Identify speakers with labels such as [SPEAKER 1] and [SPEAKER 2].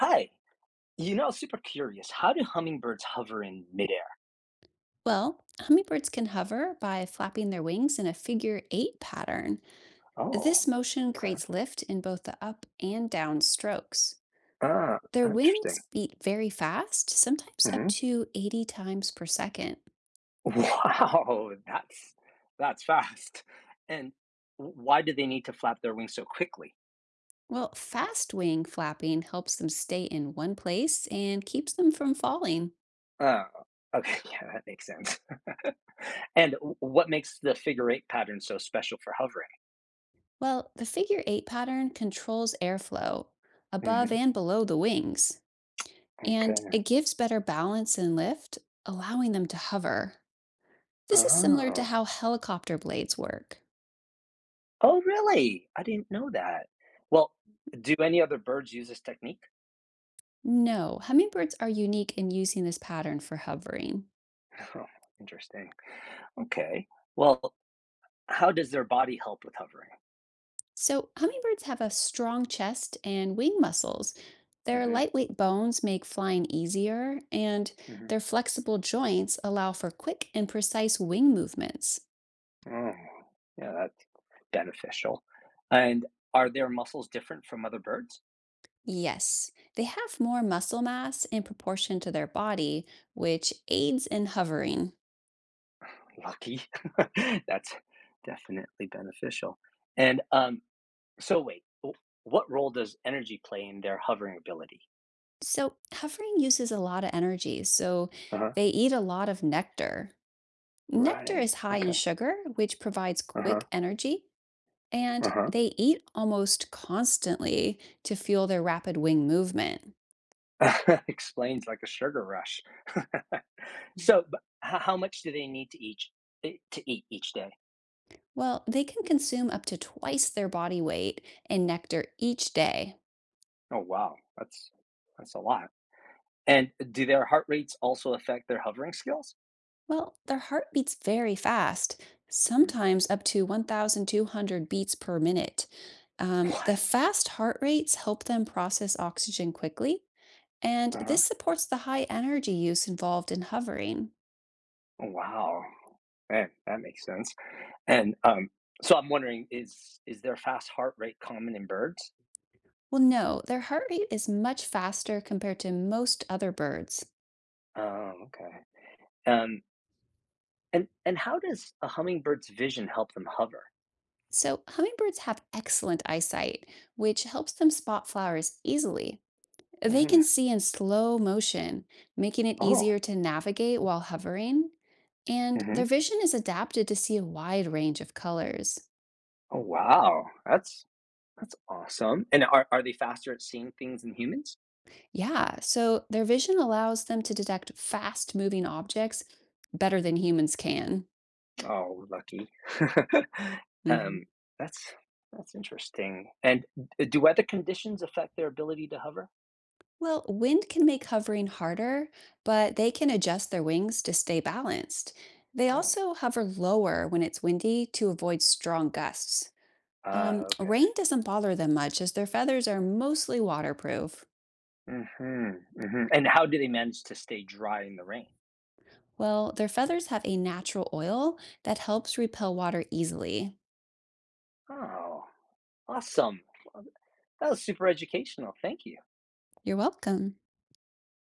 [SPEAKER 1] Hi. Super curious, how do hummingbirds hover in midair?
[SPEAKER 2] Well, hummingbirds can hover by flapping their wings in a figure eight pattern. This
[SPEAKER 1] Oh,
[SPEAKER 2] motion
[SPEAKER 1] okay.
[SPEAKER 2] creates lift in both the up and down strokes.
[SPEAKER 1] Ah,
[SPEAKER 2] Their wings
[SPEAKER 1] interesting.
[SPEAKER 2] beat very fast, sometimes up
[SPEAKER 1] Hmm.
[SPEAKER 2] to 80 times per second.
[SPEAKER 1] Wow, that's fast. And why do they need to flap their wings so quickly?
[SPEAKER 2] Well, fast wing flapping helps them stay in one place and keeps them from falling.
[SPEAKER 1] Ah, okay. Yeah, that makes sense. And what makes the figure eight pattern so special for hovering?
[SPEAKER 2] Well, the figure eight pattern controls airflow above
[SPEAKER 1] Hmm.
[SPEAKER 2] and below the wings, and
[SPEAKER 1] Okay.
[SPEAKER 2] it gives better balance and lift, allowing them to hover. This is similar to
[SPEAKER 1] Oh,
[SPEAKER 2] how helicopter blades work.
[SPEAKER 1] Oh, really? I didn't know that. Well, do any other birds use this technique?
[SPEAKER 2] No, hummingbirds are unique in using this pattern for hovering.
[SPEAKER 1] Oh, interesting. Okay. Well, how does their body help with hovering?
[SPEAKER 2] So, hummingbirds have a strong chest and wing muscles. Their
[SPEAKER 1] Mhm,
[SPEAKER 2] lightweight bones make flying easier, and
[SPEAKER 1] mhm.
[SPEAKER 2] their flexible joints allow for quick and precise wing movements.
[SPEAKER 1] Oh, yeah, that's beneficial. And are their muscles different from other birds?
[SPEAKER 2] Yes, they have more muscle mass in proportion to their body, which aids in hovering.
[SPEAKER 1] Lucky. That's definitely beneficial. And so wait, what role does energy play in their hovering ability?
[SPEAKER 2] So, hovering uses a lot of energy, so
[SPEAKER 1] Uh-huh.
[SPEAKER 2] they eat a lot of nectar. Nectar
[SPEAKER 1] Right.
[SPEAKER 2] is high in
[SPEAKER 1] Okay.
[SPEAKER 2] sugar, which provides
[SPEAKER 1] Uh-huh.
[SPEAKER 2] quick energy, and they eat almost constantly to fuel their rapid wing movement.
[SPEAKER 1] Uh-huh. Explains like a sugar rush.
[SPEAKER 2] Mhm.
[SPEAKER 1] So, how much do they need to eat each day?
[SPEAKER 2] Well, they can consume up to twice their body weight in nectar each day.
[SPEAKER 1] Oh wow, that's a lot. And do their heart rates also affect their hovering skills?
[SPEAKER 2] Well, their heart beats very fast,
[SPEAKER 1] Mhm.
[SPEAKER 2] sometimes up to 1,200 beats per minute. The
[SPEAKER 1] What?
[SPEAKER 2] fast heart rates help them process oxygen quickly, and
[SPEAKER 1] Uh-huh.
[SPEAKER 2] this supports the high energy use involved in hovering.
[SPEAKER 1] Wow. Man, that makes sense. And so I'm wondering, is their fast heart rate common in birds?
[SPEAKER 2] Well, no, their heart rate is much faster compared to most other birds.
[SPEAKER 1] Oh, okay. Um, and how does a hummingbird's vision help them hover?
[SPEAKER 2] So, hummingbirds have excellent eyesight, which helps them spot flowers easily. They can
[SPEAKER 1] Hmm.
[SPEAKER 2] see in slow motion, making it
[SPEAKER 1] Oh.
[SPEAKER 2] easier to navigate while hovering, and
[SPEAKER 1] Hmm.
[SPEAKER 2] their vision is adapted to see a wide range of colors.
[SPEAKER 1] Oh, wow. That's awesome. And are they faster at seeing things than humans?
[SPEAKER 2] Yeah, so their vision allows them to detect fast moving objects better than humans can.
[SPEAKER 1] Oh, lucky. Um,
[SPEAKER 2] Mhm.
[SPEAKER 1] that's that's interesting. And d do weather conditions affect their ability to hover?
[SPEAKER 2] Well, wind can make hovering harder, but they can adjust their wings to stay balanced. They
[SPEAKER 1] Oh,
[SPEAKER 2] also hover lower when it's windy to avoid strong gusts.
[SPEAKER 1] okay.
[SPEAKER 2] Rain doesn't bother them much as their feathers are mostly waterproof.
[SPEAKER 1] Mhm, mhm. And how do they manage to stay dry in the rain?
[SPEAKER 2] Well, their feathers have a natural oil that helps repel water easily.
[SPEAKER 1] Oh, awesome. Well, that was super educational. Thank you.
[SPEAKER 2] You're welcome.